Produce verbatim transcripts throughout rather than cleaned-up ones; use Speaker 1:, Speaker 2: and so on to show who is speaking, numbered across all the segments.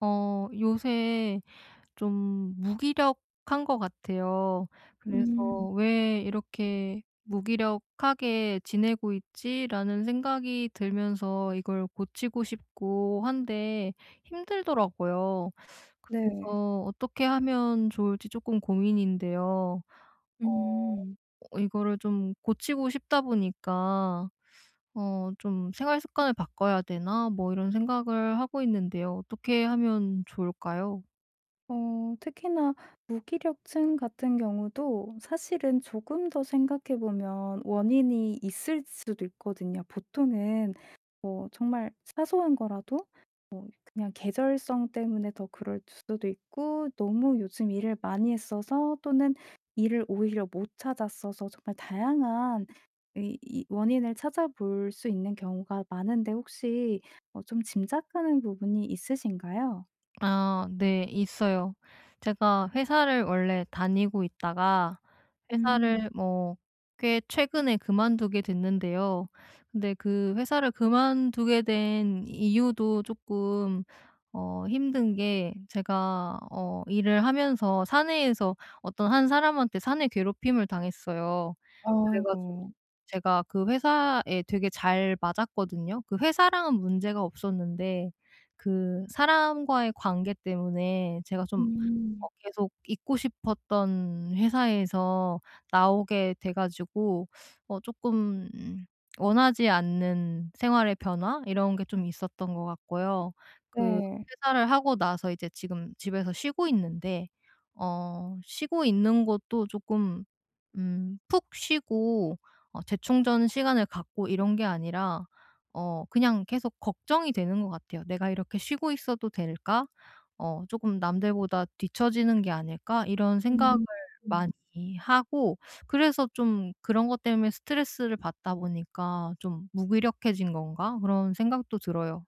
Speaker 1: 어 요새 좀 무기력한 것 같아요. 음. 그래서
Speaker 2: 음.
Speaker 1: '왜 이렇게 무기력하게 지내고 있지?'라는 생각이 들면서 이걸 고치고 싶고 한데 힘들더라고요.
Speaker 2: 네.
Speaker 1: 그래서 어떻게 하면 좋을지 조금 고민인데요.
Speaker 2: 음.
Speaker 1: 어 이거를 좀 고치고 싶다 보니까 어 좀 '생활 습관을 바꿔야 되나?' 뭐 이런 생각을 하고 있는데요. 어떻게 하면 좋을까요?
Speaker 2: 어 특히나 무기력증 같은 경우도 사실은 조금 더 생각해 보면 원인이 있을 수도 있거든요. 보통은 뭐 정말 사소한 거라도 그냥 계절성 때문에 더 그럴 수도 있고 너무 요즘 일을 많이 했어서 또는 일을 오히려 못 찾았어서 정말 다양한 이 이 원인을 찾아볼 수 있는 경우가 많은데 혹시 어 좀 짐작하는 부분이 있으신가요?
Speaker 1: 아 네. 있어요. 제가 회사를 원래 다니고 있다가
Speaker 2: 음.
Speaker 1: 회사를 뭐 꽤 최근에 그만두게 됐는데요. 근데 그 회사를 그만두게 된 이유도 조금 어 힘든 게 제가 어 일을 하면서 사내에서 어떤 한 사람한테 사내 괴롭힘을 당했어요. 그래 가지고
Speaker 2: 아이고.
Speaker 1: 제가 그 회사에 되게 잘 맞았거든요. 그 회사랑은 문제가 없었는데 그 사람과의 관계 때문에 제가 좀
Speaker 2: 음.
Speaker 1: 어 계속 있고 싶었던 회사에서 나오게 돼 가지고 어 쪼끔 원하지 않는 생활의 변화 이런 게 좀 있었던 것 같고요. 그
Speaker 2: 네.
Speaker 1: 퇴사를 하고 나서 이제 지금 집에서 쉬고 있는데 어 쉬고 있는 것도 쪼끔 음 푹 쉬고 어 재충전 시간을 갖고 이런 게 아니라 어 그냥 계속 걱정이 되는 것 같아요. '내가 이렇게 쉬고 있어도 될까? 어 조금 남들보다 뒤처지는 게 아닐까?' 이런 생각을
Speaker 2: 음. 음.
Speaker 1: 많이 하고, 그래서 좀 그런 것 때문에 스트레스를 받다 보니까 좀 '무기력해진 건가?' 그런 생각도 들어요.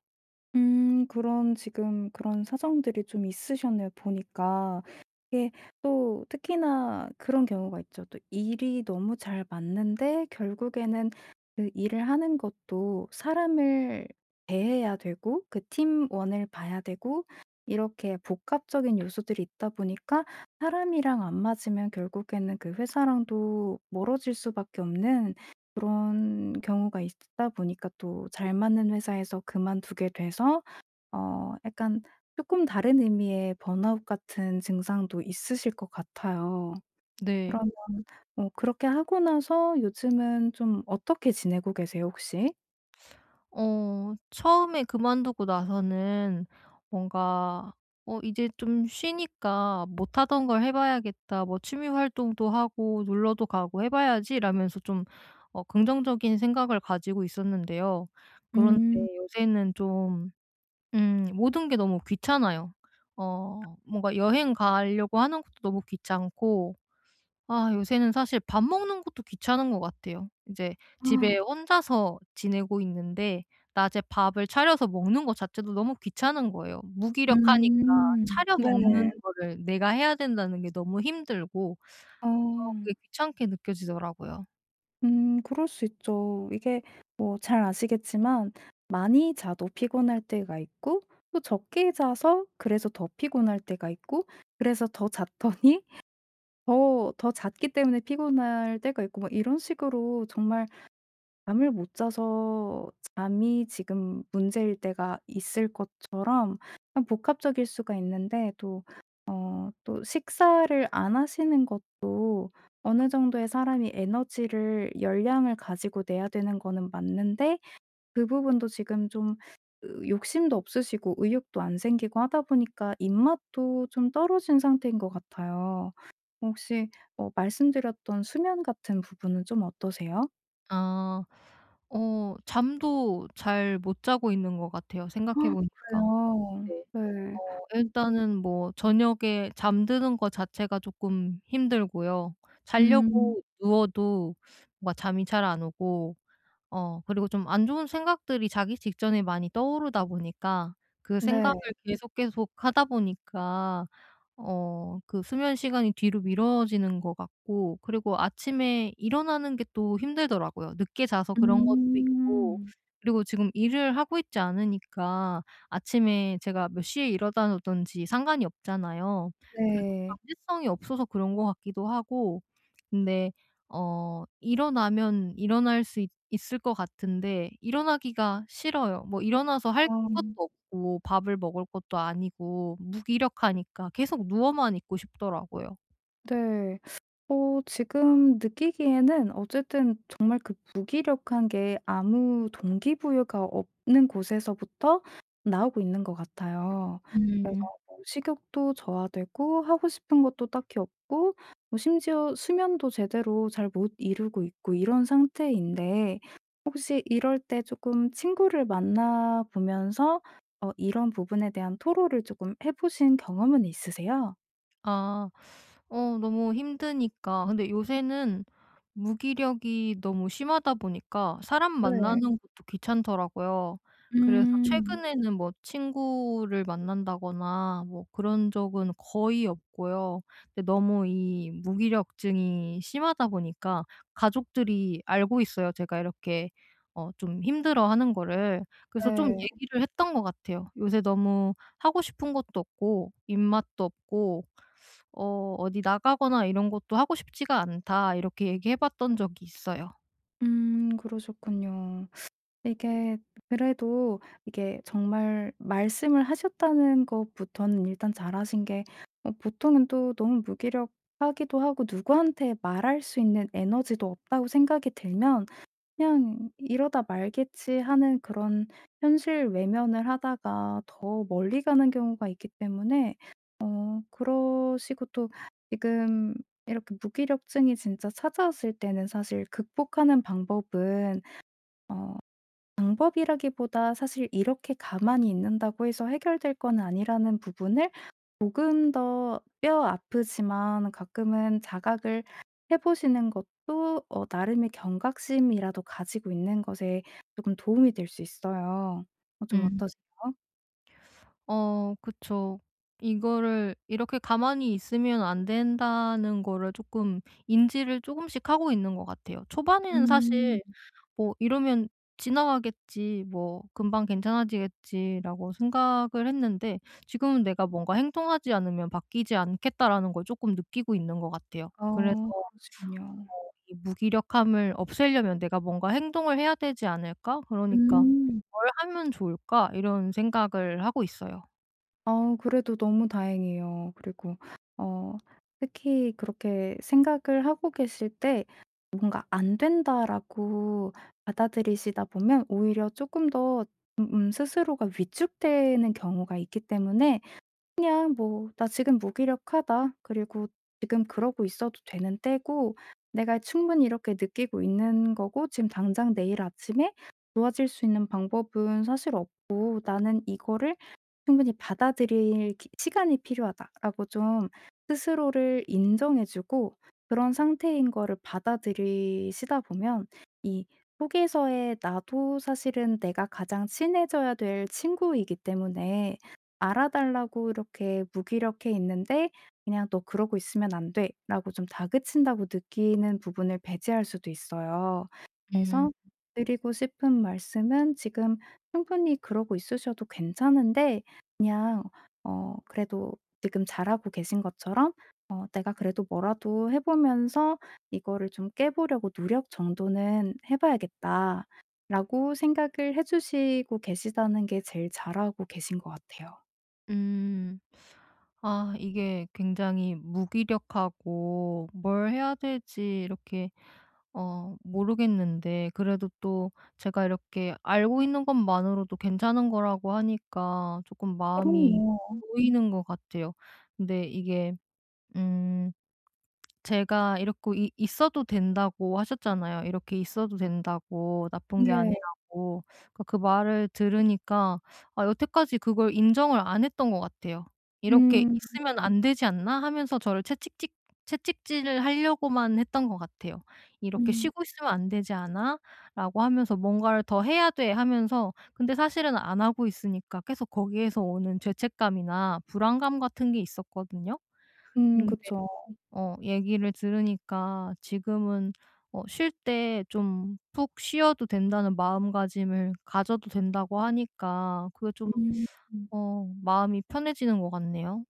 Speaker 2: 음, 그런 지금 그런 사정들이 좀 있으셨네요 보니까. 이게 또 특히나 그런 경우가 있죠. 또 일이 너무 잘 맞는데 결국에는 그 일을 하는 것도 사람을 대해야 되고 그 팀원을 봐야 되고 이렇게 복합적인 요소들이 있다 보니까 사람이랑 안 맞으면 결국에는 그 회사랑도 멀어질 수밖에 없는 그런 경우가 있다 보니까 또 잘 맞는 회사에서 그만두게 돼서 어 약간 조금 다른 의미의 번아웃 같은 증상도 있으실 것 같아요.
Speaker 1: 네.
Speaker 2: 그러면 어 그렇게 하고 나서 요즘은 좀 어떻게 지내고 계세요 혹시?
Speaker 1: 어 처음에 그만두고 나서는 뭔가 '어 이제 좀 쉬니까 못 하던 걸 해 봐야겠다. 뭐 취미 활동도 하고 놀러도 가고 해 봐야지.'라면서 좀 어 긍정적인 생각을 가지고 있었는데요. 그런데
Speaker 2: 음.
Speaker 1: 요새는 좀 음 모든 게 너무 귀찮아요. 어 뭔가 여행 가려고 하는 것도 너무 귀찮고, 아 요새는 사실 밥 먹는 것도 귀찮은 것 같아요. 이제
Speaker 2: 아.
Speaker 1: 집에 혼자서 지내고 있는데 낮에 밥을 차려서 먹는 것 자체도 너무 귀찮은 거예요. 무기력하니까
Speaker 2: 음.
Speaker 1: 차려
Speaker 2: 네.
Speaker 1: 먹는 거를 내가 해야 된다는 게 너무 힘들고 어
Speaker 2: 어.
Speaker 1: 그게 귀찮게 느껴지더라고요.
Speaker 2: 음, 그럴 수 있죠. 이게 뭐 잘 아시겠지만 많이 자도 피곤할 때가 있고 또 적게 자서 그래서 더 피곤할 때가 있고 그래서 더 잤더니 더 더 잤기 때문에 피곤할 때가 있고 뭐 이런 식으로 정말 잠을 못 자서 잠이 지금 문제일 때가 있을 것처럼 참 복합적일 수가 있는데 또 어 또 식사를 안 하시는 것도 어느 정도의 사람이 에너지를 열량을 가지고 내야 되는 거는 맞는데 그 부분도 지금 좀 으 욕심도 없으시고 의욕도 안 생기고 하다 보니까 입맛도 좀 떨어진 상태인 것 같아요. 혹시 어 말씀드렸던 수면 같은 부분은 좀 어떠세요?
Speaker 1: 아. 어 잠도 잘 못 자고 있는 것 같아요, 생각해
Speaker 2: 헉,
Speaker 1: 보니까.
Speaker 2: 그래요.
Speaker 1: 네.
Speaker 2: 네.
Speaker 1: 어
Speaker 2: 음.
Speaker 1: 일단은 뭐 저녁에 잠드는 거 자체가 쪼끔 힘들고요.
Speaker 2: 음.
Speaker 1: 자려고 누워도 뭔가 잠이 잘 안 오고, 어 그리고 좀 안 좋은 생각들이 자기 직전에 많이 떠오르다 보니까 그
Speaker 2: 네.
Speaker 1: 생각을 계속 계속하다 보니까 어 그 수면 시간이 뒤로 미뤄지는 것 같고, 그리고 아침에 일어나는 게 또 힘들더라고요. 늦게 자서 그런 것도 있고,
Speaker 2: 음.
Speaker 1: 그리고 지금 일을 하고 있지 않으니까 아침에 제가 몇 시에 일어나든지 상관이 없잖아요. 그래서
Speaker 2: 네.
Speaker 1: 강제성이 없어서 그런 것 같기도 하고. 근데 어 일어나면 일어날 수 있을것 같은데 일어나기가 싫어요. 뭐 일어나서 할
Speaker 2: 어,
Speaker 1: 것도 없고 밥을 먹을 것도 아니고, 무기력하니까 계속 누워만 있고 싶더라고요.
Speaker 2: 네. 어 지금 느끼기에는 어쨌든 정말 그 무기력한 게 아무 동기부여가 없는 곳에서부터 나오고 있는 것 같아요. 그래서
Speaker 1: 음.
Speaker 2: 뭐 식욕도 저하되고 하고 싶은 것도 딱히 없고 뭐 심지어 수면도 제대로 잘 못 이루고 있고 이런 상태인데 혹시 이럴 때 조금 친구를 만나 보면서 어 이런 부분에 대한 토로를 조금 해 보신 경험은 있으세요?
Speaker 1: 아. 어 너무 힘드니까, 근데 요새는 무기력이 너무 심하다 보니까 사람
Speaker 2: 네.
Speaker 1: 만나는 음. 것도 귀찮더라고요. 음. 그래서
Speaker 2: 음.
Speaker 1: 최근에는 뭐 친구를 만난다거나 뭐 그런 적은 거의 없고요. 근데 너무 이 무기력증이 심하다 보니까 가족들이 알고 있어요, 제가 이렇게 어 좀 힘들어하는 거를. 그래서 좀
Speaker 2: 네.
Speaker 1: 얘기를 했던 것 같아요. 요새 너무 하고 싶은 것도 없고 입맛도 없고, 어 "어디 나가거나 이런 것도 하고 싶지가 않다." 이렇게 얘기해 봤던 적이 있어요.
Speaker 2: 음, 그러셨군요. 이게 그래도 이게 정말 말씀을 하셨다는 것부터는 일단 잘하신 게 어 보통은 또 너무 무기력하기도 하고 누구한테 말할 수 있는 에너지도 없다고 생각이 들면 그냥 '이러다 말겠지.' 하는 그런 현실 외면을 하다가 더 멀리 가는 경우가 있기 때문에 어 그러시고 또 지금 이렇게 무기력증이 진짜 찾아왔을 때는 사실 극복하는 방법은 어 방법이라기보다 사실 이렇게 가만히 있는다고 해서 해결될 건 아니라는 부분을 조금 더 뼈 아프지만 가끔은 자각을 해 보시는 것도 어 나름의 경각심이라도 가지고 있는 것에 조금 도움이 될 수 있어요. 어 좀
Speaker 1: 음.
Speaker 2: 어떠세요?
Speaker 1: 어 그쵸. 이거를 '이렇게 가만히 있으면 안 된다.'는 거를 조금, 인지를 조금씩 하고 있는 것 같아요. 초반에는
Speaker 2: 음.
Speaker 1: 사실 뭐 '이러면 지나가겠지. 뭐 금방 괜찮아지겠지.'라고 생각을 했는데, 지금은 내가 뭔가 '행동하지 않으면 바뀌지 않겠다.'라는 걸 조금 느끼고 있는 것 같아요. 그래서
Speaker 2: 어 그러시군요.
Speaker 1: 어 이 '무기력함을 없애려면 내가 뭔가 행동을 해야 되지 않을까? 그러니까
Speaker 2: 음.
Speaker 1: 뭘 하면 좋을까?' 이런 생각을 하고 있어요.
Speaker 2: 아, 그래도 너무 다행이에요. 그리고 어 특히 그렇게 생각을 하고 계실 때 뭔가 '안 된다.'라고 받아들이시다 보면 오히려 조금 더음 음, 스스로가 위축되는 경우가 있기 때문에 그냥 뭐 '나 지금 무기력하다. 그리고 지금 그러고 있어도 되는 때고 내가 충분히 이렇게 느끼고 있는 거고 지금 당장 내일 아침에 좋아질 수 있는 방법은 사실 없고 나는 이거를 충분히 받아들일 기 시간이 필요하다.'라고 좀 스스로를 인정해 주고 그런 상태인 거를 받아들이시다 보면 이 속에서의 나도 사실은 내가 가장 친해져야 될 친구이기 때문에 알아 달라고 이렇게 무기력해 있는데 그냥 '너 그러고 있으면 안 돼.'라고 좀 다그친다고 느끼는 부분을 배제할 수도 있어요.
Speaker 1: 음.
Speaker 2: 그래서 드리고 싶은 말씀은 지금 충분히 그러고 있으셔도 괜찮은데 그냥 어 그래도 지금 잘하고 계신 것처럼 어 내가 그래도 뭐라도 해 보면서 '이거를 좀 깨보려고 노력 정도는 해 봐야겠다.'라고 생각을 해 주시고 계시다는 게 제일 잘하고 계신 것 같아요.
Speaker 1: 음. 아 이게 굉장히 무기력하고 뭘 해야 될지 이렇게 어 모르겠는데, 그래도 또 제가 이렇게 알고 있는 것만으로도 괜찮은 거라고 하니까 쪼끔 마음이
Speaker 2: 그럼요.
Speaker 1: 놓이는 것 같아요. 근데 이게, 음 제가 이렇게 이 있어도 된다고 하셨잖아요. 이렇게 있어도 된다고, 나쁜 게 음.
Speaker 2: 네.
Speaker 1: 아니라고. 그러니까 그 말을 들으니까, 아 여태까지 그걸 인정을 안 했던 것 같아요. '이렇게
Speaker 2: 음.
Speaker 1: 있으면 안 되지 않나?' 하면서 저를 채찍질 채찍질을 하려고만 했던 것 같아요. '이렇게
Speaker 2: 음.
Speaker 1: 쉬고 있으면 안 되지 않아?'라고 하면서 '뭔가를 더 해야 돼.' 하면서, 근데 사실은 안 하고 있으니까 계속 거기에서 오는 죄책감이나 불안감 같은 게 있었거든요.
Speaker 2: 음,
Speaker 1: 근
Speaker 2: 그쵸.
Speaker 1: 어 얘기를 들으니까 지금은 어 쉴 때 좀 푹 쉬어도 된다는 마음가짐을 가져도 된다고 하니까, 그게 좀
Speaker 2: 음. 음.
Speaker 1: 어 마음이 편해지는 것 같네요.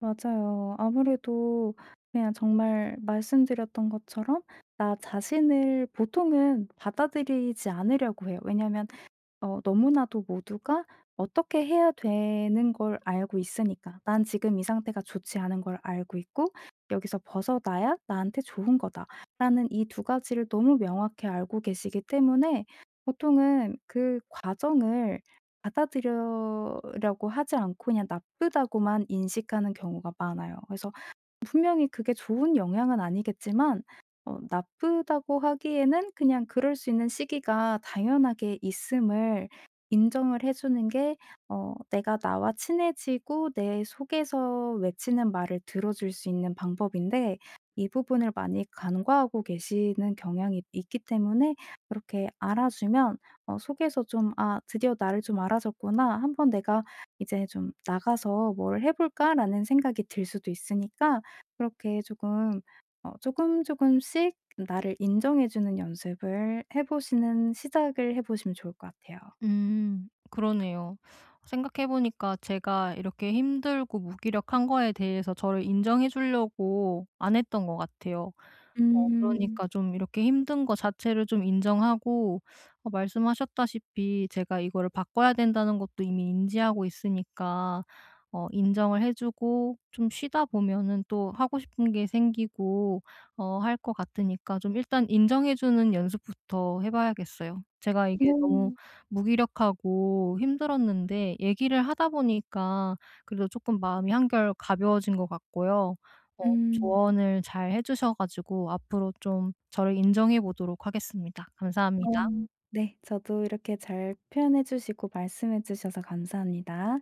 Speaker 2: 맞아요. 아무래도 그냥 정말 말씀드렸던 것처럼 나 자신을 보통은 받아들이지 않으려고 해요. 왜냐면 어 너무나도 모두가 어떻게 해야 되는 걸 알고 있으니까. 난 지금 이 상태가 좋지 않은 걸 알고 있고 '여기서 벗어나야 나한테 좋은 거다.'라는 이 두 가지를 너무 명확히 알고 계시기 때문에 보통은 그 과정을 받아들이려고 하지 않고 그냥 나쁘다고만 인식하는 경우가 많아요. 그래서 분명히 그게 좋은 영향은 아니겠지만 어 나쁘다고 하기에는 그냥 그럴 수 있는 시기가 당연하게 있음을 인정을 해 주는 게 어 내가 나와 친해지고 내 속에서 외치는 말을 들어줄 수 있는 방법인데 이 부분을 많이 간과하고 계시는 경향이 있기 때문에 그렇게 알아주면 어 속에서 좀 '아, 드디어 나를 좀 알아줬구나. 한번 내가 이제 좀 나가서 뭘 해 볼까.'라는 생각이 들 수도 있으니까 그렇게 조금 어 조금 조금씩 나를 인정해 주는 연습을 해 보시는 시작을 해 보시면 좋을 것 같아요.
Speaker 1: 음 그러네요. 생각해 보니까 제가 이렇게 힘들고 무기력한 거에 대해서 저를 인정해 주려고 안 했던 것 같아요. 어
Speaker 2: 음.
Speaker 1: 그러니까 좀 이렇게 힘든 거 자체를 좀 인정하고, 어 말씀하셨다시피 제가 이거를 바꿔야 된다는 것도 이미 인지하고 있으니까 어 인정을 해 주고 좀 쉬다 보면은 또 하고 싶은 게 생기고 어 할 것 같으니까, 좀 일단 인정해 주는 연습부터 해 봐야겠어요. 제가 이게 너무
Speaker 2: 네.
Speaker 1: 무기력하고 힘들었는데 얘기를 하다 보니까 그래도 조금 마음이 한결 가벼워진 것 같고요. 어
Speaker 2: 음.
Speaker 1: 조언을 잘 해 주셔 가지고 앞으로 좀 저를 인정해 보도록 하겠습니다.
Speaker 2: 어
Speaker 1: 감사합니다.
Speaker 2: 네. 저도 이렇게 잘 표현해 주시고 말씀해 주셔서 감사합니다.